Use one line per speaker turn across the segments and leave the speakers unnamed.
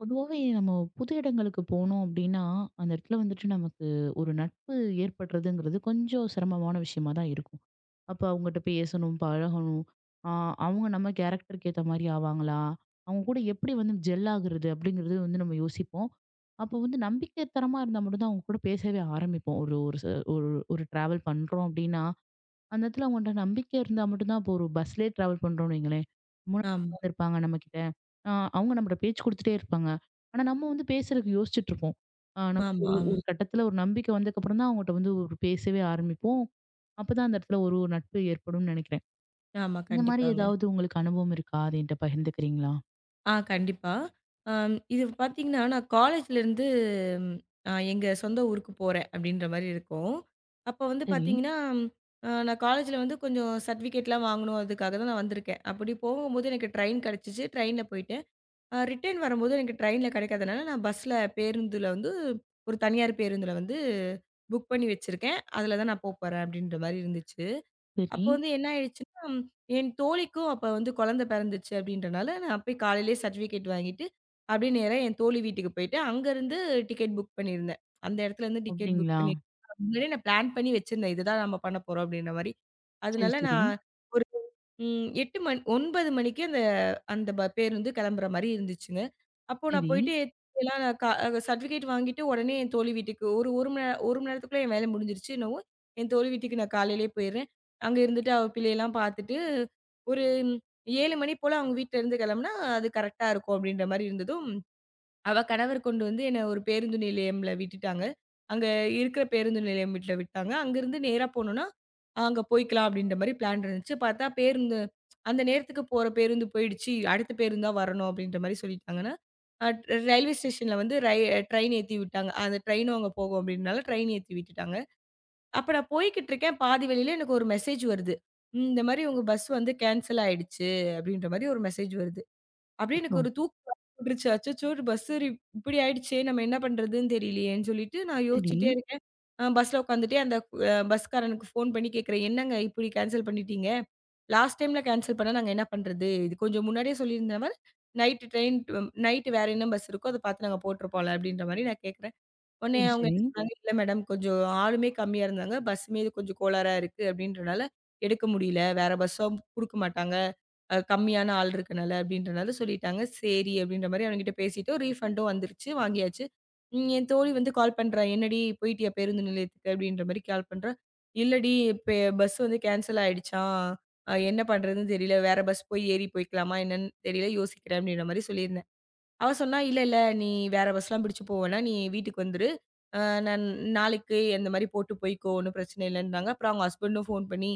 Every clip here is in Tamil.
பொதுவாவே நம்ம புது இடங்களுக்கு போனோம் அப்படின்னா, அந்த இடத்துல வந்துட்டு நமக்கு ஒரு நட்பு ஏற்படுறதுங்கிறது கொஞ்சம் சிரமமான விஷயமா தான் இருக்கும். அப்போ அவங்ககிட்ட பேசணும், பழகணும். ஆ அவங்க நம்ம கேரக்டருக்கு ஏத்த மாரி ஆவாங்களா? அவங்க கூட எப்படி வந்து ஜெல் ஆகுறது அப்படிங்கிறது வந்து நம்ம யோசிப்போம். அப்போ வந்து நம்பிக்கை தரமா இருந்தா மட்டும் தான் அவங்க கூட பேசவே ஆரம்பிப்போம். ஒரு ஒரு ச ஒரு ஒரு டிராவல் பண்றோம் அப்படின்னா, அந்த இடத்துல அவங்கள்ட்ட நம்பிக்கை இருந்தா மட்டும் தான் இப்போ ஒரு பஸ்லயே டிராவல் பண்றோம்னு வைங்களேன். முன்னாடி
ஆமா,
உட்காந்துருப்பாங்க நம்மகிட்ட. ஆ அவங்க நம்மட்ட பேச்சு குடுத்துட்டே இருப்பாங்க. ஆனா நம்ம வந்து பேசுறதுக்கு யோசிச்சுட்டு இருப்போம். நமக்கு
ஆமா,
ஒரு
ஆமா,
ஒரு கட்டத்துல ஒரு நம்பிக்கை வந்ததுக்கப்புறம் தான் அவங்கட்ட வந்து ஒரு பேசவே ஆரம்பிப்போம். அப்பதான் அந்த இடத்துல ஒரு நட்பு ஏற்படும்னு நினைக்கிறேன்.
ஆமா.
இந்த மாரி
கண்டிப்பாங்க.
ஏதாவது உங்களுக்கு அனுபவம் இருக்கா? அது என்கிட்ட பகிர்ந்துக்கிறீங்களா?
கண்டிப்பா. இது பார்த்தீங்கன்னா, நான் காலேஜ்லேருந்து எங்க சொந்த ஊருக்கு போறேன் அப்படின்ற மாரி இருக்கும். அப்ப வந்து
சரி,
பார்த்தீங்கன்னா, நான் காலேஜ்ல வந்து கொஞ்சம் சர்டிஃபிகேட்லாம் வாங்கணும் அதுக்காக தான் நான் வந்திருக்கேன். அப்படி போகும்போது எனக்கு ட்ரெயின் கிடைச்சுச்சு. ட்ரெயின்ல போயிட்டேன். ரிட்டர்ன் வரும்போது எனக்கு ட்ரெயின்ல கிடைக்காதனால, நான் பேருந்துல வந்து ஒரு தனியார் பேருந்துல வந்து புக் பண்ணி வச்சிருக்கேன். அதுல தான் நான் போப்போறேன் அப்படின்ற மாரி இருந்துச்சு. அப்ப
சரி.
வந்து என்ன ஆயிடுச்சுன்னா, என் தோழிக்கும் அப்ப வந்து குழந்தை பிறந்துச்சு அப்படின்றனால, நான் போய் காலையிலேயே சர்டிஃபிகேட் வாங்கிட்டு, அப்படியே நேரா என் தோழி வீட்டுக்கு போயிட்டு, அங்கருந்து டிக்கெட் புக் பண்ணியிருந்தேன். அந்த இடத்துல இருந்து டிக்கெட் புக்
அப்டிங்களா?
பண்ணி முன்னாடியே நான் பிளான் பண்ணி வச்சிருந்தேன். இதுதான் நம்ம பண்ண போறோம் அப்படின்ற மாரி.
சரி,
அதனால
சரி,
நான் ஒரு 8 மணி 9 மணிக்கு அந்த அந்த ப பேருந்து கிளம்புற மாரி இருந்துச்சுங்க. அப்போ நான்
சரி.
போயிட்டு எல்லாம் நான் க சர்டிஃபிகேட் வாங்கிட்டு உடனே என் தோழி வீட்டுக்கு ஒரு 1 மணி நேரத்துக்குள்ள என் வேலை முடிஞ்சிருச்சு என்னவோ, என் தோழி வீட்டுக்கு நான் காலையிலேயே போயிடுறேன். அங்க இருந்துட்டு அவ பிள்ளையெல்லாம் பார்த்துட்டு, ஒரு 7 மணி போல அவங்க வீட்ல இருந்து கிளம்புனா, அது கரெக்ட்டா இருக்கும் அப்படின்ற மாரி இருந்ததும், அவ கணவர் கொண்டு வந்து என்ன ஒரு பேருந்து நிலையம்ல விட்டுட்டாங்க. அங்க இருக்கிற பேருந்து நிலையம் வீட்ல விட்டாங்க. அங்கருந்து நேரா போனோம்னா, அங்க போய்க்கலாம் அப்படின்ற மாரி பிளான் இருந்துச்சு. பார்த்தா அந்த நேரத்துக்கு போற பேருந்து போயிடுச்சு. அடுத்த பேருந்து தான் வரணும் அப்படின்ற மாரி சொல்லிட்டாங்கன்னா, அ ரயில்வே ஸ்டேஷன்ல வந்து ட்ரெயின் ஏத்தி விட்டாங்க. அந்த ட்ரெயினும் அங்க போகும் அப்படின்றனால ட்ரெயின் ஏத்தி விட்டுட்டாங்க. அப்ப நான் போய்க்கிட்டு இருக்கேன். பாதி வழியில எனக்கு ஒரு மெசேஜ் வருது. இந்த மாரி உங்க பஸ் வந்து கேன்சல் ஆயிடுச்சு அப்டின்ற மாரி ஒரு மெசேஜ் வருது. அப்படியே
அச்சோ!
எனக்கு ஒரு தூக்கம் போட்டுருச்சு. அச்சச்சோ! பஸ் இப்படி ஆயிடுச்சே நம்ம என்ன பண்றதுன்னு தெரியலையேன்னு சொல்லிட்டு நான்
சரி,
யோசிச்சுட்டே இருக்கேன். பஸ்ல உட்காந்துட்டே அந்த பஸ்காரனுக்கு ஃபோன் பண்ணி கேட்குறேன். என்னங்க இப்படி கேன்சல் பண்ணிட்டீங்க? லாஸ்ட் டைம்ல கேன்சல் பண்ணா நாங்க என்ன பண்றது? இது கொஞ்சம் முன்னாடியே சொல்லியிருந்தா நைட் ட்ரெயின் நைட் வேற என்ன பஸ் இருக்கோ அத பார்த்து நாங்க போட்டுருப்போம்ல அப்படின்ற மாரி நான் கேட்குறேன். உடனே
சரி,
அவங்க
சரி.
என்ன சொன்னாங்க, "இல்ல மேடம் கொஞ்சம் ஆளுமே கம்மியா இருந்தாங்க. பஸ் மீது கொஞ்சம் கோளாறா இருக்கு அப்படின்றனால எடுக்க முடியல. வேற பஸ்ஸா குடுக்க மாட்டாங்க. கம்மியான ஆள் இருக்கனால" அப்படின்றனால சொல்லிட்டாங்க. சரி அப்படின்ற மாரி அவன்கிட்ட பேசிட்டோம். ரீஃபண்டும் வந்துருச்சு. வாங்கியாச்சு. என் தோழி வந்து கால் பண்றா. "என்னடி போயிட்டியா பேருந்து நிலையத்துக்கு?" அப்படின்ற மாரி கால் பண்றா. "இல்லடி இப்ப பஸ் வந்து கேன்சல் ஆயிடுச்சாம். என்ன பண்றதுன்னு தெரியல. வேற பஸ் போய் ஏறி போய்க்கலாமா என்னன்னு தெரியல. யோசிக்கிறேன்" அப்படின்ற மாரி சொல்லியிருந்தாங்க. அவ சொன்னா, "இல்ல, இல்ல நீ வேற பஸ்லாம் பிடிச்சு போ வேணா. நீ வீட்டுக்கு வந்துரு. அ நான் நாளைக்கு இந்த மாரி போட்டு போய்க்கோ. ஒண்ணும் பிரச்சனை இல்லன்றாங்க." அப்புறம் அவங்க ஹஸ்பண்டும் ஃபோன் பண்ணி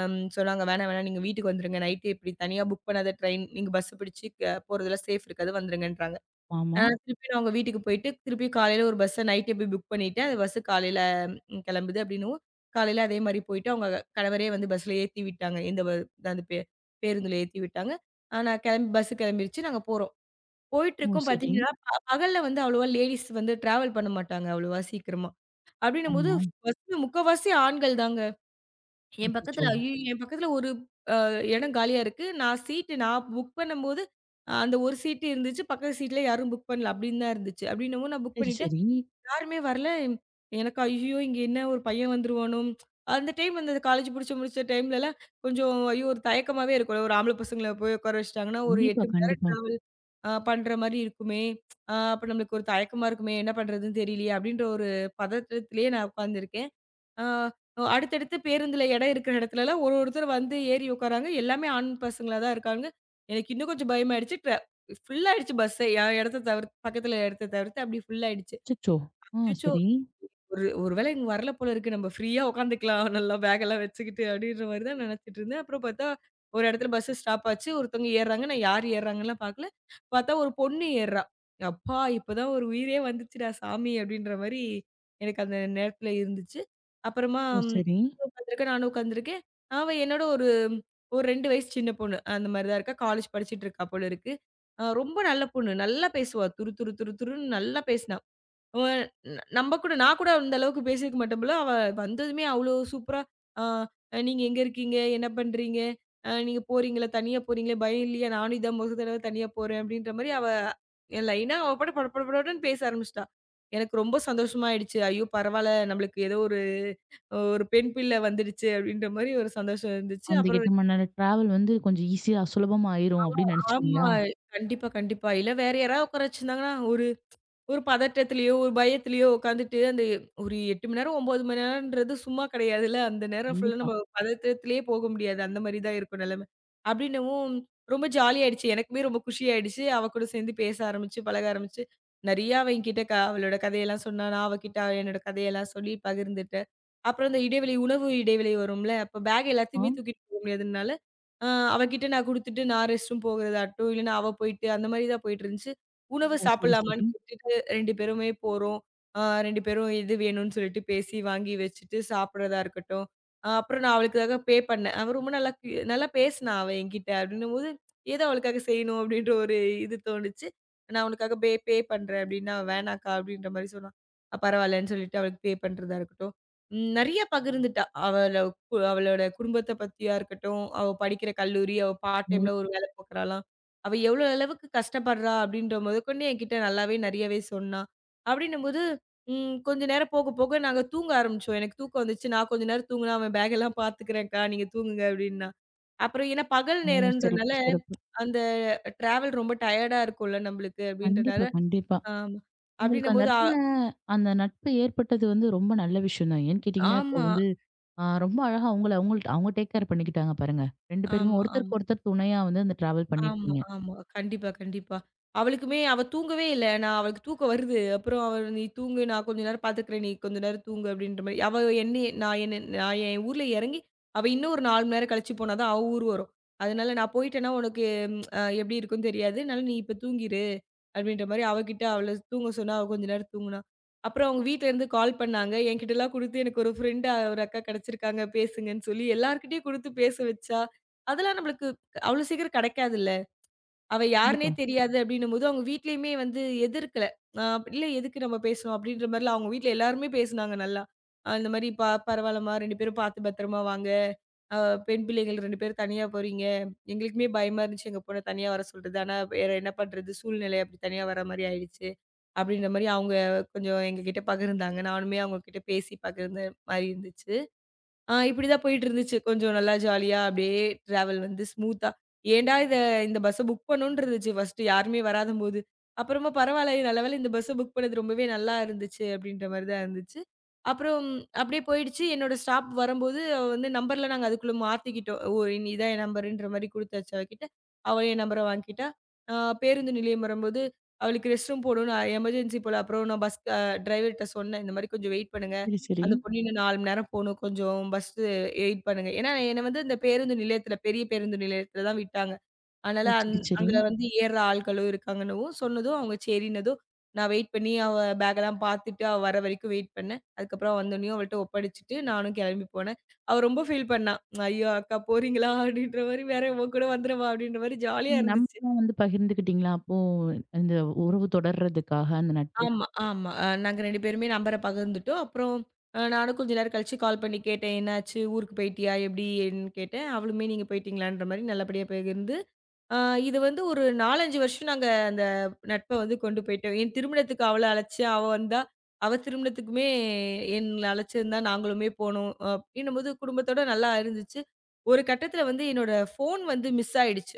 சொன்னாங்க, "வேணா, வேணா நீங்க வீட்டுக்கு வந்துருங்க. நைட்டு இப்படி தனியா புக் பண்ணாத ட்ரெயின் நீங்க பஸ் பிடிச்சு போறதெல்லாம் சேஃப் இருக்காது. வந்துருங்கன்றாங்க."
ஆமா.
திருப்பி நான் அவங்க வீட்டுக்கு போயிட்டு, திருப்பி காலையில ஒரு பஸ்ஸ நைட்டே போய் புக் பண்ணிட்டு, அந்த பஸ் காலையில கெளம்புது அப்படின்னவும், காலையில அதே மாரி போயிட்டு, அவங்க கணவரே வந்து பஸ்ல ஏத்தி விட்டாங்க. இந்த வ அந்த பே பேருந்துல ஏத்தி விட்டாங்க. நான் கெளம்பி பஸ் கெளம்பிருச்சு. நாங்க போறோம்.
ஓ,
போயிட்டுருக்கோம்
சரி.
பார்த்தீங்கன்னா, பகல்ல வந்து அவ்வளவா லேடீஸ் வந்து ட்ராவல் பண்ண மாட்டாங்க அவ்வளவா சீக்கிரமா. அப்படின்னும்போது
ஆமா.
பஸ்ல முக்காவாசி ஆண்கள் தாங்க. என்
அச்சச்சோ!
பக்கத்துல ஐய்யய்யோ! என் பக்கத்துல ஒரு இடம் காலியா இருக்கு. நான் புக் பண்ணும்போது, அந்த ஒரு சீட்டு இருந்துச்சு. பக்கத்து சீட்ல யாரும் புக் பண்ணல அப்படின்னு தான் இருந்துச்சு. அப்படின்னவும் நான் புக்
சரி,
பண்ணிட்டேன்.
சரி.
யாருமே வரல. எனக்கு ஐய்யயோ! இங்க என்ன ஒரு பையன் வந்துருவானோ! அந்த டைம் அந்த காலேஜ் முடிச்ச முடிச்ச டைம்லலாம் கொஞ்சம் ஐயோ! ஒரு தயக்கமாவே இருக்கும்ல. ஒரு ஆம்பள பசங்கள போய் உட்கார வச்சுட்டாங்கன்னா, ஒரு
கண்டிப்பா,
8 மணி நேரம்
கண்டிப்பா.
டிராவல் பண்ற மாரி இருக்குமே! அப்ப நம்மளுக்கு ஒரு தயக்கமா இருக்குமே! என்ன பண்றதுன்னு தெரியலையே! அப்டின்ற ஒரு பதட்டத்திலேயே நான் உட்காந்துருக்கேன். அ அடுத்தடுத்து பேருந்துல இடம் இருக்கிற இடத்துலலாம் ஒரு ஒருத்தர் வந்து ஏறி உட்காராங்க. எல்லாமே ஆண் பசங்களா தான் இருக்காங்க. எனக்கு இன்னும் கொஞ்சம் பயமாயிடுச்சு. ஃபுல் ஆயிடுச்சு பஸ்ஸே. என் இடத்த தவிர்த்து பக்கத்துல இடத்த தவிர்த்து அப்டி ஃபுல் ஆயிடுச்சு.
அச்சச்சோ!
அச்சச்சோ!
சரி.
ஒரு ஒரு வேளை இங்க வரல போல இருக்கு. நம்ம ஃப்ரீயா உட்காந்துக்கலாம். நல்லா பேக்கெல்லாம் வச்சுக்கிட்டு அப்படின்ற மாரி தான் நினைச்சுட்டு இருந்தேன். அப்புறம் பார்த்தா, ஒரு இடத்துல பஸ் ஸ்டாப் ஆச்சு. ஒருத்தவங்க ஏறுறாங்க. நான் யார் ஏறுறாங்கன்னுலாம் பார்க்கல. பார்த்தா ஒரு பொண்ணு ஏறுறா. அப்பா! இப்பதான் ஒரு உயிரே வந்துச்சுடா சாமி அப்படின்ற மாரி எனக்கு அந்த நேரத்துல இருந்துச்சு. அப்புறமா
ஓ, சரி.
நானும் உட்காந்துருக்கேன். அவ என்னோட ஒரு ஒரு 2 வயசு சின்ன பொண்ணு. அந்த மாரி தான் இருக்கா. காலேஜ் படிச்சுட்டு இருக்கா போல இருக்கு. ரொம்ப நல்ல பொண்ணு. நல்லா பேசுவா. துரு துரு துரு துருன்னு நல்லா பேசினா. அவ ந நம்ம கூட நான் கூட அந்த அளவுக்கு பேசியிருக்க மாட்டேன் போல. அவ வந்ததுமே அவ்ளோ சூப்பரா, "ஆ நீங்க எங்க இருக்கீங்க? என்ன பண்றீங்க? நீங்க போறீங்களா? தனியா போறீங்களா? பயம் இல்லையா? நானும் இதான் மொத தடவ தனியா போறேன்." அப்படின்ற மாரி லைனா அவ பாட்டுக்கு பட பட படன்னு பேச ஆரம்பிச்சுட்டா. எனக்கு ரொம்ப சந்தோஷமா ஆயிடுச்சு. ஐயோ! பரவால்ல நம்மளுக்கு ஏதோ ஒரு ஒரு பெண் பிள்ளை வந்துடுச்சு அப்படின்ற மாரி ஒரு சந்தோஷம் இருந்துச்சு.
அந்த
அப்புறம்
8 மணி நேரம் டிராவல் வந்து கொஞ்சம் ஈஸியா சுலபமா ஆயிரும் அப்படின்னு
ஆமா.
நினைச்சிட்டீங்களா?
கண்டிப்பா, கண்டிப்பா. இல்ல வேற யாராவது உட்கார வச்சிருந்தாங்கன்னா, ஒரு ஒரு பதட்டத்திலயோ, ஒரு பயத்திலயோ உட்காந்துட்டு, அந்த ஒரு 8 மணி நேரம், 9 மணி நேரம்ன்றது சும்மா கிடையாதுல்ல. அந்த நேரம் ஃபுல்லா
கண்டிப்பா.
நம்ம பதட்டத்திலேயே போக முடியாது. அந்த மாரி தான் இருக்கும் நிலைமை. அப்படின்னவும் ரொம்ப ஜாலி ஆயிடுச்சு. எனக்குமே ரொம்ப குஷி ஆயிடுச்சு. அவ கூட சேர்ந்து பேச ஆரம்பிச்சு, பழக ஆரம்பிச்சு. நெறைய அவ என்கிட்ட அவளோட கதையெல்லாம் சொன்னா. நான் அவகிட்ட என்னோட கதையெல்லாம் சொல்லி பகிர்ந்துட்டேன். அப்புறம் இந்த இடைவெளி, உணவு இடைவெளி வரும்ல. அப்ப பேக் எல்லாத்தையுமே
ஆம்.
தூக்கிட்டு போக முடியாதுனால அ அவகிட்ட நான் குடுத்துட்டு நான் ரெஸ்ட் ரூம் போகிறதாகட்டும், இல்லன்னா அவ போயிட்டு அந்த மாரி தான் போயிட்டுருந்துச்சு. உணவு
ஓ, சரி,
சாப்பிடலாமான்னு
சரி.
கேட்டுட்டு 2 பேருமே போறோம். அ 2 பேரும் எது வேணும்னு சொல்லிட்டு பேசி வாங்கி வச்சுட்டு சாப்பிடுறதா இருக்கட்டும். அப்புறம் நான் அவளுக்காக பண்ணேன். அவ ரொம்ப நல்லா நல்லா பேசினா அவ என்கிட்ட. அப்படின்னும்போது, ஏதோ அவளுக்காக செய்யணும் அப்படின்ற ஒரு இது தோணுச்சு. நான் உனக்காக பே பே பண்றேன் அப்படின்னா, அவ "வேணாக்கா" அப்படின்ற மாரி சொன்னா. பரவாயில்லன்னு சொல்லிட்டு அவளுக்கு பே பண்றதா இருக்கட்டும். நெறைய பகிர்ந்துட்டா. அவளோட குடும்பத்த பத்தியா இருக்கட்டும், அவ படிக்கிற கல்லூரி, அவ பார்ட்
ஓ!
டைம்ல ஒரு வேலை பார்க்குறாளாம். அவ எவ்வளோ அளவுக்கு கஷ்டப்படுறா அப்படின்ற முதற்கொண்டு என்கிட்ட நல்லாவே நெறையவே சொன்னா. அப்படின்னும்போது, கொஞ்ச நேரம் போக போக நாங்க தூங்க ஆரம்பிச்சோம். எனக்கு தூக்கம் வந்துச்சு. நான் கொஞ்ச நேரம் தூங்குனா, "அவன் பேக் எல்லாம் பார்த்துக்கிறேன்க்கா, நீங்க தூங்குங்க" அப்படின்னா. அப்புறம் ஏன்னா பகல்
ஓ,
நேரம்ன்றனால,
சிறப்பு, சிறப்பு.
அந்த டிராவல் ரொம்ப டயர்டா இருக்கும்ல நம்மளுக்கு அப்படின்றனால
கண்டிப்பா, கண்டிப்பா.
ஆமா.
உங்களுக்கு அந்த
அப்படின்னும்போது
இடத்துல அந்த நட்பு ஏற்பட்டது வந்து ரொம்ப நல்ல விஷயம் தான். ஏன்னு கேட்டீங்கன்னா, இப்போ
ஆமா,
வந்து ரொம்ப அழகா அவங்கள்ட்ட அவங்க டேக் கேர் பண்ணிக்கிட்டாங்க பாருங்க. 2 பேருமே
ஆமா, ஆமா.
ஒருத்தருக்கு ஒருத்தர் துணையா வந்து அந்த டிராவல்
ஆமா,
பண்ணியிருக்கீங்க.
ஆமா. கண்டிப்பா, கண்டிப்பா. அவளுக்குமே அவ தூங்கவே இல்ல. நான் அவளுக்கு தூக்கம் வருது. அப்புறம் அவ "நீ தூங்கு. நான் கொஞ்ச நேரம் பார்த்துக்கிறேன். நீ கொஞ்ச நேரம் தூங்கு" அப்படின்ற மாரி. அவ என்னைய நான் என்ன நான் என் ஊர்ல இறங்கி, அவ இன்னும் ஒரு 4 மணி நேரம் கழிச்சு போனா தான் அவ ஊர் வரும். அதனால நான் போயிட்டேன்னா உனக்கு எப்படி இருக்கும்னு தெரியாது. அதனால நீ இப்ப தூங்கிரு. அப்படின்ற மாரி அவகிட்ட அவள தூங்க சொன்னா, அவ கொஞ்ச நேரம் தூங்குனா. அப்புறம் அவங்க வீட்ல இருந்து கால் பண்ணாங்க. என்கிட்டலாம் குடுத்து எனக்கு ஒரு ஃப்ரெண்ட் ஒரு அக்கா கிடைச்சிருக்காங்க பேசுங்கன்னு சொல்லி எல்லார்கிட்டயும் குடுத்து பேச வச்சா, அதெல்லாம் நம்மளுக்கு அவ்வளோ சீக்கிரம் கிடைக்காதுல்ல. அவ யாருன்னே
கண்டிப்பா.
தெரியாது அப்டின்னும்போது, அவங்க வீட்லயுமே வந்து எதிர்க்கல. அ இல்ல எதுக்கு நம்ம பேசணும் அப்டின்ற மாரிலாம் அவங்க வீட்ல எல்லாருமே பேசுனாங்க நல்லா. அ இந்த மாரி ப பரவால்லம்மா 2 பேரும் பார்த்து பத்திரமா வாங்க. அ பெண் பிள்ளைகள் 2 பேரும் தனியா போறீங்க. எங்களுக்குமே பயமா இருந்துச்சு எங்க பொண்ண தனியா வர சொல்றது. ஆனா வேற என்ன பண்றது? சூழ்நிலை அப்டி தனியா வர மாரி ஆயிடுச்சு. அப்டின்ற மாரி அவங்க கொஞ்சம் எங்ககிட்ட பகிர்ந்தாங்க. நானுமே அவங்க கிட்ட பேசி பகிர்ந்த மாரி இருந்துச்சு. இப்படிதான் போயிட்டு இருந்துச்சு. கொஞ்சம் நல்லா ஜாலியா அப்படியே டிராவல் வந்து ஸ்மூத்தா. ஏன்டா இத இந்த பஸ்ஸ புக் பண்ணோம்னு இருந்துச்சு ஃபர்ஸ்ட் யாருமே வராதம்போது. அப்புறமா பரவால்ல நல்ல வேளை இந்த பஸ்ஸ புக் பண்ணது ரொம்பவே நல்லா இருந்துச்சு அப்படின்ற மாரி தான் இருந்துச்சு. அப்புறம் அப்படியே போயிடுச்சு. என்னோட ஸ்டாப் வரும்போது அவ வந்து நம்பர்லாம் நாங்க அதுக்குள்ள மாத்திக்கிட்டோம். ஓ இனி இதான் என் நம்பருன்ற மாரி குடுத்தாச்சு அவகிட்ட. அவ என் நம்பர வாங்கிக்கிட்டா. ஆ பேருந்து நிலையம் வரும்போது அவளுக்கு ரெஸ்ட் ரூம் போணும்னு எமர்ஜென்சி போல. அப்புறம் நான் பஸ் அ டிரைவர்ட்ட சொன்னேன். இந்த மாரி கொஞ்சம் வெயிட் பண்ணுங்க.
சரி, சரி.
அந்த பொண்ணு இன்னும் 4 மணி நேரம் போணும். கொஞ்சம் பஸ்ஸு வெயிட் பண்ணுங்க. ஏன்னா, என்ன வந்து இந்த பேருந்து நிலையத்தில, பெரிய பேருந்து நிலையத்தில தான் விட்டாங்க. அதனால
ஓ,
அந்
சரி, சரி.
அங்க வந்து ஏறுற ஆள்களும் இருக்காங்கன்னவும் சொன்னதும், அவங்க சரின்னதும், நான் வெயிட் பண்ணி அவ பேக்கெல்லாம் பார்த்துட்டு, அவ வர வரைக்கும் வெயிட் பண்ணேன். அதுக்கப்புறம் வந்தோனயும் அவள்ட்ட ஒப்படைச்சுட்டு, நானும் கிளம்பி போனேன். அவ ரொம்ப ஃபீல் பண்ணா. "ஐயோ! அக்கா போறீங்களா?" அப்படின்ற மாரி, "வேற உன் கூட வந்துறவா?" அப்படின்ற மாரி ஜாலியா
நீங்க
இருந்துச்சு.
நம்பலாம் வந்து பகிர்ந்துக்கிட்டீங்களா? அப்போ இந்த உறவு தொடர்றதுக்காக அந்த நட்பு.
ஆமா, ஆமா. நாங்க 2 பேருமே நம்பர பகிர்ந்துட்டோம். அப்புறம் நானும் கொஞ்ச நேரம் கழிச்சு கால் பண்ணி கேட்டேன். "என்னாச்சு? ஊருக்கு போயிட்டியா? எப்படி?" ஏன்னு கேட்டேன். அவளுமே நீங்க போயிட்டீங்களான்ற மாரி நல்லபடியா பகிர்ந்து, அ இது வந்து ஒரு 4, 5 வருஷம் நாங்க அந்த நட்ப வந்து கொண்டு போயிட்டோம். என் திருமணத்துக்கு அவள அழைச்சு, அவ வந்தா. அவ திருமணத்துக்குமே என்ன அழைச்சிருந்தா, நாங்களுமே போனோம். அப்படின்னும்போது குடும்பத்தோட நல்லா இருந்துச்சு. ஒரு கட்டத்தில வந்து என்னோட ஃபோன் வந்து மிஸ் ஆயிடுச்சு.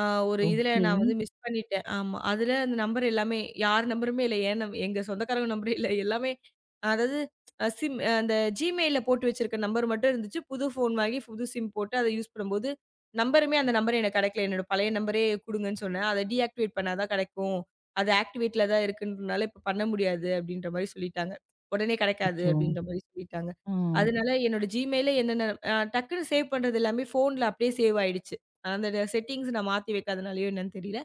ஆ ஒரு
ஓ,
இதுல
சரி.
நான் வந்து மிஸ் பண்ணிட்டேன். ஆமா. அதுல அந்த நம்பர் எல்லாமே யார் நம்பருமே இல்ல. ஏன் நம் எங்க சொந்தக்காரங்க நம்பரே இல்ல. எல்லாமே அதாவது சிம் அந்த Gmailல போட்டு வச்சிருக்க நம்பர் மட்டும் இருந்துச்சு. புது ஃபோன் வாங்கி புது சிம் போட்டு அத யூஸ் பண்ணும்போது, அந்த நம்பர் எனக்கு கெடைக்கல. என்னோட பழைய நம்பரே குடுங்கன்னு சொன்னேன். அத டீஆக்டிவேட் பண்ணா தான் கெடைக்கும். அது ஆக்டிவேட்ல தான் இருக்குன்றனால இப்ப பண்ண முடியாது அப்டின்ற மாரி சொல்லிட்டாங்க. உடனே கெடைக்காது
அச்சோ!
அப்டின்ற மாரி சொல்லிட்டாங்க.
ஆம்.
அதனால என்னோட Gmailல என்னென்ன டக்குன்னு சேவ் பண்றது எல்லாமே ஃபோன்ல அப்டியே சேவ் ஆயிடுச்சு. அந்த செட்டிங்ஸ் நான் மாத்தி வைக்காதனாலயோ என்னன்னு தெரியல.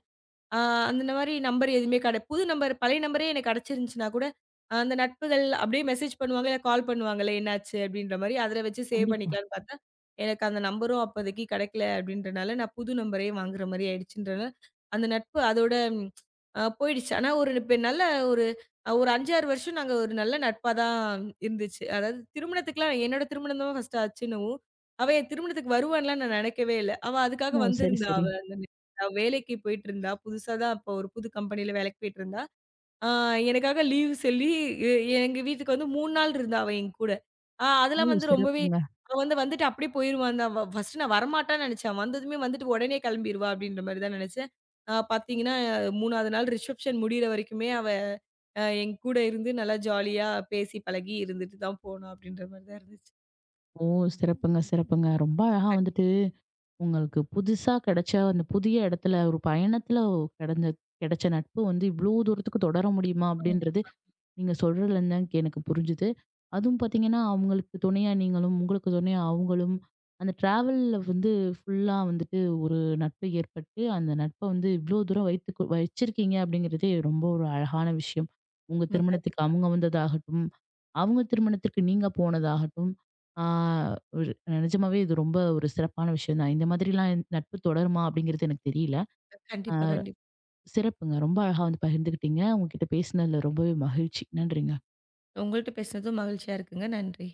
ஆ அந்த மாரி நம்பர் எதுவுமே கெட புது நம்பர் பழைய நம்பரே எனக்கு கெடச்சிருந்துச்சுனா கூட, அந்த நட்புகள் அப்படியே மெசேஜ் பண்ணுவாங்க, இல்ல கால் பண்ணுவாங்கல்ல, என்னாச்சு அப்படின்ற மாரி அதில வச்சு சேவ்
கண்டிப்பா.
பண்ணிக்கலான்னு பார்த்தா, எனக்கு அந்த நம்பரும் அப்போதைக்கு கெடைக்கல அப்படின்றனால, நான் புது நம்பரே வாங்குற மாரி ஆயிடுச்சுன்றனால, அந்த நட்பு அதோட போயிடுச்சு. ஆனா ஒரு இப்ப நல்ல ஒரு ஒரு 5, 6 வருஷம் நாங்க ஒரு நல்ல நட்பா தான் இருந்துச்சு. அதாவது திருமணத்துக்குலாம் என்னோட திருமணம் தான் ஃபர்ஸ்ட்டு ஆச்சுன்னவும், அவ என் திருமணத்துக்கு வருவான்லாம் நான் நெனைக்கவே இல்ல. அவ அதுக்காக
ஓ, சரி,
வந்திருந்தா
சரி.
அவ. நான் வேலைக்கு போயிட்டுருந்தா, புதுசா தான் அப்போ ஒரு புது கம்பெனில வேலைக்கு போயிட்டுருந்தா, ஆ எனக்காக லீவ் சொல்லி எ எங்க வீட்டுக்கு வந்து 3 நாள் இருந்தா அவ என் கூட.
ஓ,
அதெல்லாம் வந்து ரொம்பவே
சிறப்புங்க.
அவ வந்து வந்துட்டு அப்படியே போயிருவான் தான். ஃபர்ஸ்ட்டு நான் வரமாட்டான்னு நெனச்சேன். வந்ததுமே வந்துட்டு உடனே கிளம்பிருவா அப்படின்ற மாரி தான் நெனச்சேன். பார்த்தீங்கன்னா, 3வது நாள் ரிசப்ஷன் முடியிற வரைக்குமே அவ என் கூட இருந்து நல்லா ஜாலியா பேசி பழகி இருந்துட்டு தான் போனா அப்படின்ற மாரி தான் இருந்துச்சு.
ஓ, சிறப்புங்க, சிறப்புங்க. ரொம்ப அழகா
கண்டிப்பா.
வந்துட்டு உங்களுக்கு புதுசா கிடைச்ச அந்த புதிய இடத்துல ஒரு பயணத்துல கிடைந்த கிடைச்ச நட்பு வந்து இவ்ளோ தூரத்துக்கு தொடர முடியுமா? அப்படின்றது நீங்க சொல்றதுலருந்து தான் எனக்கு புரிஞ்சுது. அதுவும் பார்த்தீங்கன்னா, அவங்களுக்கு துணையா நீங்களும், உங்களுக்கு துணையா அவங்களும், அந்த ட்ராவல்ல வந்து ஃபுல்லா வந்துட்டு ஒரு நட்பு ஏற்பட்டு, அந்த நட்ப வந்து இவ்ளோ தூரம் வைத்துக்கு வச்சிருக்கீங்க அப்படிங்கிறதே ரொம்ப ஒரு அழகான விஷயம். உங்க
ஆமா
திருமணத்துக்கு
கண்டிப்பா.
அவங்க வந்ததாகட்டும், அவங்க திருமணத்திற்கு நீங்க போனதாகட்டும், ஆ ஒரு நிஜமாவே இது ரொம்ப ஒரு சிறப்பான விஷயம் தான். இந்த மாதிரிலாம் நட்பு தொடருமா அப்படிங்கிறது எனக்கு தெரியல. ஆ
கண்டிப்பா, கண்டிப்பா.
சிறப்புங்க. ரொம்ப அழகா வந்து பகிர்ந்துக்கிட்டீங்க. உங்ககிட்ட பேசினதுல ரொம்பவே மகிழ்ச்சி. நன்றிங்க.
உங்கள்ட்ட பேசினதும் மகிழ்ச்சியா இருக்குங்க. நன்றி.